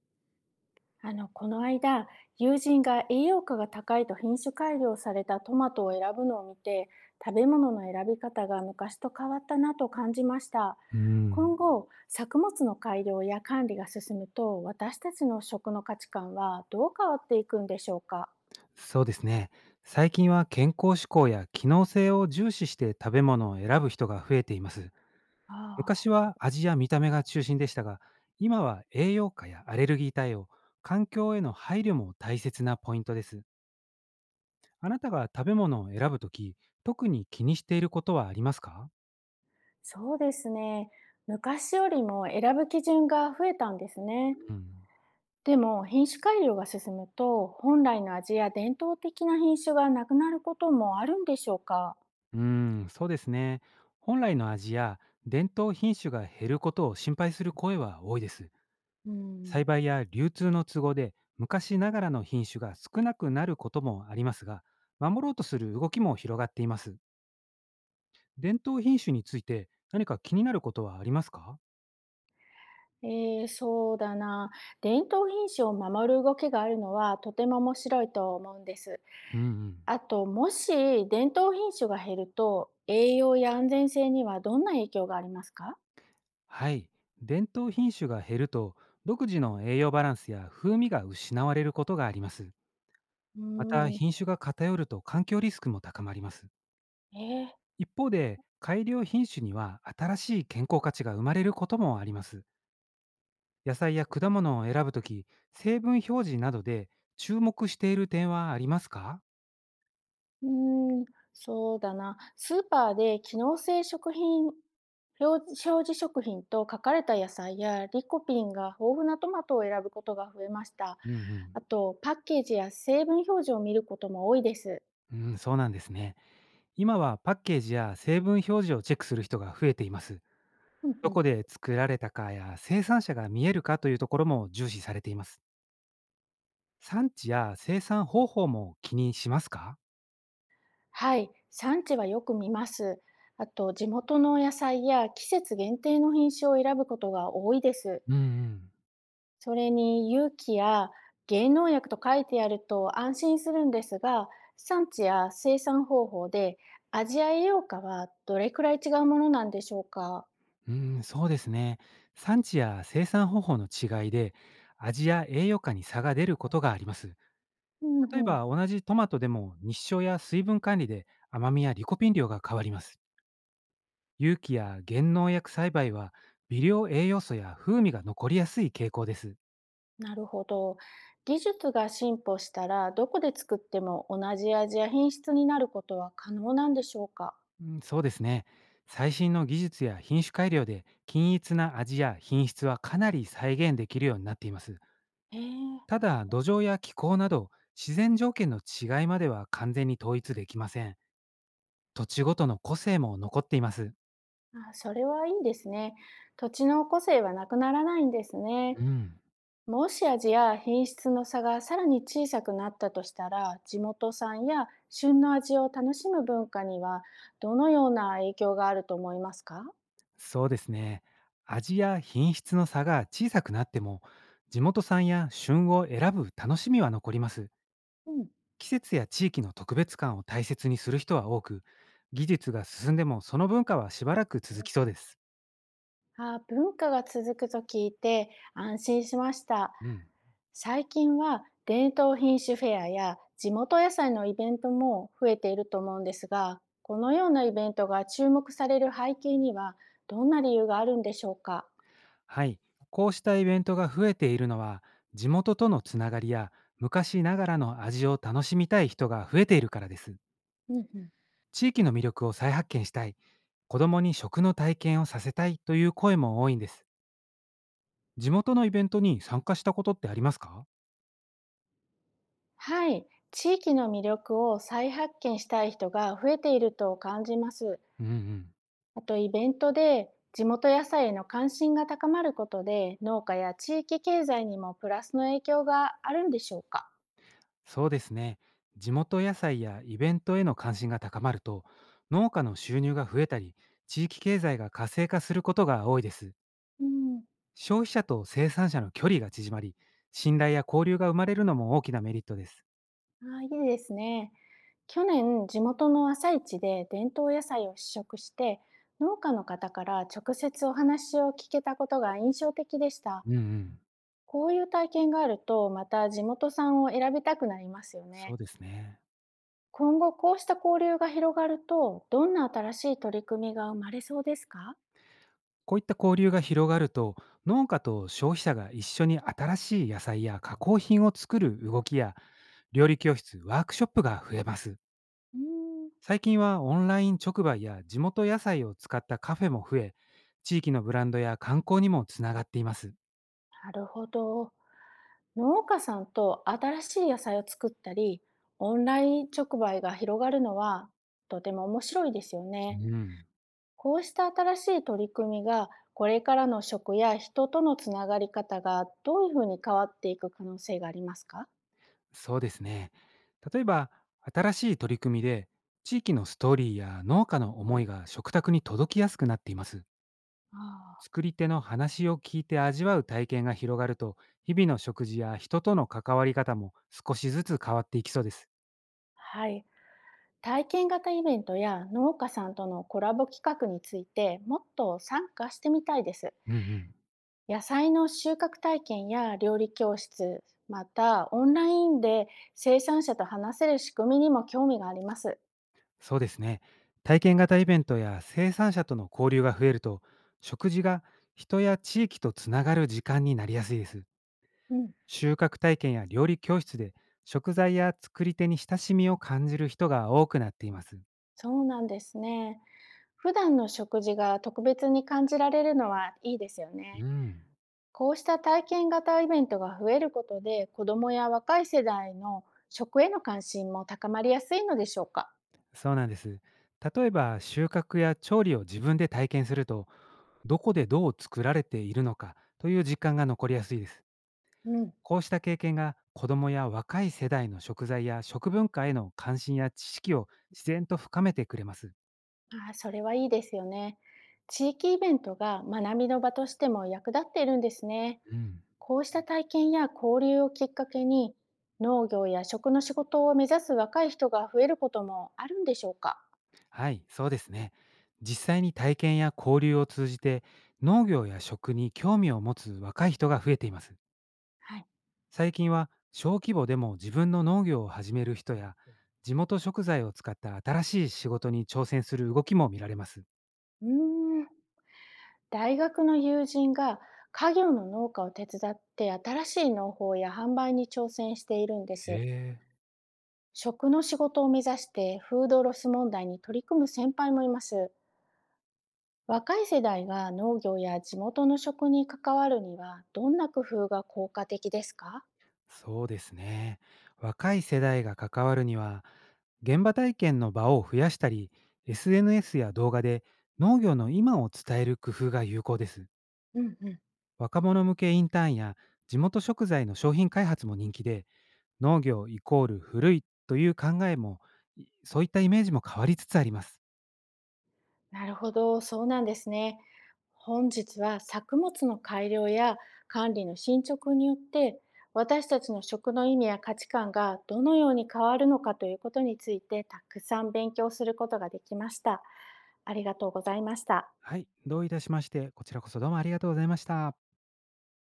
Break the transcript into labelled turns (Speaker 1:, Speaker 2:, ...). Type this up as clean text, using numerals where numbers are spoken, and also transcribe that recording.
Speaker 1: この間、友人が栄養価が高いと品種改良されたトマトを選ぶのを見て、食べ物の選び方が昔と変わったなと感じました。
Speaker 2: うん、
Speaker 1: 今後、作物の改良や管理が進むと、私たちの食の価値観はどう変わっていくんでしょうか？
Speaker 2: そうですね。最近は健康志向や機能性を重視して食べ物を選ぶ人が増えています。
Speaker 1: ああ、
Speaker 2: 昔は味や見た目が中心でしたが、今は栄養価やアレルギー対応、環境への配慮も大切なポイントです。あなたが食べ物を選ぶとき、特に気にしていることはありますか？
Speaker 1: そうですね。昔よりも選ぶ基準が増えたんですね。
Speaker 2: うん、
Speaker 1: でも品種改良が進むと本来の味や伝統的な品種がなくなることもあるんでしょうか？
Speaker 2: うーそうですね。本来の味や伝統品種が減ることを心配する声は多いです。
Speaker 1: うん、
Speaker 2: 栽培や流通の都合で昔ながらの品種が少なくなることもありますが、守ろうとする動きも広がっています。伝統品種について何か気になることはありますか？
Speaker 1: そうだな。伝統品種を守る動きがあるのはとても面白いと思うんです。
Speaker 2: うんうん。
Speaker 1: あと、もし伝統品種が減ると、栄養や安全性にはどんな影響がありますか？
Speaker 2: はい。伝統品種が減ると、独自の栄養バランスや風味が失われることがあります。
Speaker 1: う
Speaker 2: また、
Speaker 1: ーん、
Speaker 2: 品種が偏ると環境リスクも高まります。
Speaker 1: えー
Speaker 2: 一方で、改良品種には新しい健康価値が生まれることもあります。野菜や果物を選ぶとき、成分表示などで注目している点はありますか？
Speaker 1: うーん、そうだな。スーパーで機能性食品、表表示食品と書かれた野菜やリコピンが豊富なトマトを選ぶことが増えました。
Speaker 2: うん
Speaker 1: あと、パッケージや成分表示を見ることも多いです。
Speaker 2: うん。うん、そうなんですね。今はパッケージや成分表示をチェックする人が増えています。
Speaker 1: うん
Speaker 2: ど
Speaker 1: うん。
Speaker 2: こで作られたかや生産者が見えるかというところも重視されています。産地や生産方法も気にしますか？
Speaker 1: はい、産地はよく見ます。あと、地元の野菜や季節限定の品種を選ぶことが多いです。
Speaker 2: うん
Speaker 1: それに、有機や芸農薬と書いてあると安心するんですが、産地や生産方法で味や栄養価はどれくらい違うものなんでしょうか。
Speaker 2: うん。うん、そうですね。産地や生産方法の違いで、味や栄養価に差が出ることがあります。
Speaker 1: うん
Speaker 2: 例え
Speaker 1: うん、
Speaker 2: ば同じトマトでも日照や水分管理で甘みやリコピン量が変わります。有機や減農薬栽培は微量栄養素や風味が残りやすい傾向です。
Speaker 1: なるほど。技術が進歩したら、どこで作っても同じ味や品質になることは可能なんでしょうか。
Speaker 2: うん、そうですね。最新の技術や品種改良で均一な味や品質はかなり再現できるようになっています。
Speaker 1: へえ。
Speaker 2: ただ土壌や気候など自然条件の違いまでは完全に統一できません。土地ごとの個性も残っています。
Speaker 1: あ、それはいいですね。土地の個性はなくならないんですね。
Speaker 2: うん。
Speaker 1: もし味や品質の差がさらに小さくなったとしたら、地元産や旬の味を楽しむ文化にはどのような影響があると思いますか？
Speaker 2: そうですね。味や品質の差が小さくなっても、地元産や旬を選ぶ楽しみは残ります。
Speaker 1: うん。
Speaker 2: 季節や地域の特別感を大切にする人は多く、技術が進んでもその文化はしばらく続きそうです。
Speaker 1: あ、文化が続くと聞いて安心しました。
Speaker 2: うん。
Speaker 1: 最近は伝統品種フェアや地元野菜のイベントも増えていると思うんですが、このようなイベントが注目される背景にはどんな理由があるんでしょうか？
Speaker 2: はい。こうしたイベントが増えているのは、地元とのつながりや昔ながらの味を楽しみたい人が増えているからです。
Speaker 1: うんうん、
Speaker 2: 地域の魅力を再発見したい、子供に食の体験をさせたいという声も多いんです。地元のイベントに参加したことってありますか？
Speaker 1: はい、地域の魅力を再発見したい人が増えていると感じます。
Speaker 2: うんうん。
Speaker 1: あとイベントで地元野菜への関心が高まることで農家や地域経済にもプラスの影響があるんでしょうか？
Speaker 2: そうですね。地元野菜やイベントへの関心が高まると、農家の収入が増えたり、地域経済が活性化することが多いです。
Speaker 1: うん。
Speaker 2: 消費者と生産者の距離が縮まり、信頼や交流が生まれるのも大きなメリットです。
Speaker 1: ああ、いいですね。去年、地元の朝市で伝統野菜を試食して、農家の方から直接お話を聞けたことが印象的でした。
Speaker 2: うんうん。
Speaker 1: こういう体験があると、また地元産を選びたくなりますよね。
Speaker 2: そうですね。
Speaker 1: 今後、こうした交流が広がると、どんな新しい取り組みが生まれそうですか？
Speaker 2: こういった交流が広がると、農家と消費者が一緒に新しい野菜や加工品を作る動きや、料理教室、ワークショップが増えます。
Speaker 1: うーん
Speaker 2: 最近はオンライン直売や地元野菜を使ったカフェも増え、地域のブランドや観光にもつながっています。
Speaker 1: なるほど。農家さんと新しい野菜を作ったり、オンライン直売が広がるのはとても面白いですよ
Speaker 2: う
Speaker 1: ね。
Speaker 2: ん。
Speaker 1: こうした新しい取り組みが、これからの食や人とのつながり方がどういうふうに変わっていく可能性がありますか？
Speaker 2: そうですね。例えば、新しい取り組みで、地域のストーリーや農家の思いが食卓に届きやすくなっています。
Speaker 1: ああ、
Speaker 2: 作り手の話を聞いて味わう体験が広がると、日々の食事や人との関わり方も少しずつ変わっていきそうです。
Speaker 1: はい。体験型イベントや農家さんとのコラボ企画についてもっと参加してみたいです。
Speaker 2: うんうん。
Speaker 1: 野菜の収穫体験や料理教室、またオンラインで生産者と話せる仕組みにも興味があります。
Speaker 2: そうですね。体験型イベントや生産者との交流が増えると、食事が人や地域とつながる時間になりやすいです。
Speaker 1: うん、
Speaker 2: 収穫体験や料理教室で食材や作り手に親しみを感じる人が多くなっています。
Speaker 1: そうなんですね。普段の食事が特別に感じられるのはいいですよ
Speaker 2: う
Speaker 1: ね。
Speaker 2: ん。
Speaker 1: こうした体験型イベントが増えることで、子どもや若い世代の食への関心も高まりやすいのでしょうか。
Speaker 2: そうなんです。例えば収穫や調理を自分で体験すると、どこでどう作られているのかという実感が残りやすいです。
Speaker 1: うん、
Speaker 2: こうした経験が子どもや若い世代の食材や食文化への関心や知識を自然と深めてくれます。
Speaker 1: ああ、それはいいですよね。地域イベントが学びの場としても役立っているんですね。
Speaker 2: うん。
Speaker 1: こうした体験や交流をきっかけに、農業や食の仕事を目指す若い人が増えることもあるんでしょうか。
Speaker 2: はい、そうですね。実際に体験や交流を通じて農業や食に興味を持つ若い人が増えています。
Speaker 1: はい。
Speaker 2: 最近は小規模でも自分の農業を始める人や地元食材を使った新しい仕事に挑戦する動きも見られます。
Speaker 1: うーん。大学の友人が家業の農家を手伝って新しい農法や販売に挑戦しているんで
Speaker 2: へ
Speaker 1: す。
Speaker 2: え。
Speaker 1: 食の仕事を目指してフードロス問題に取り組む先輩もいます。若い世代が農業や地元の食に関わるにはどんな工夫が効果的ですか？
Speaker 2: そうですね。若い世代が関わるには、現場体験の場を増やしたり、SNS や動画で農業の今を伝える工夫が有効です。
Speaker 1: うんうん、
Speaker 2: 若者向けインターンや地元食材の商品開発も人気で、農業イコール古いという考えも、そういったイメージも変わりつつあります。
Speaker 1: なるほど、そうなんですね。本日は作物の改良や管理の進捗によって私たちの食の意味や価値観がどのように変わるのかということについてたくさん勉強することができました。ありがとうございました。
Speaker 2: はい、どういたしまして、こちらこそどうもありがとうございました。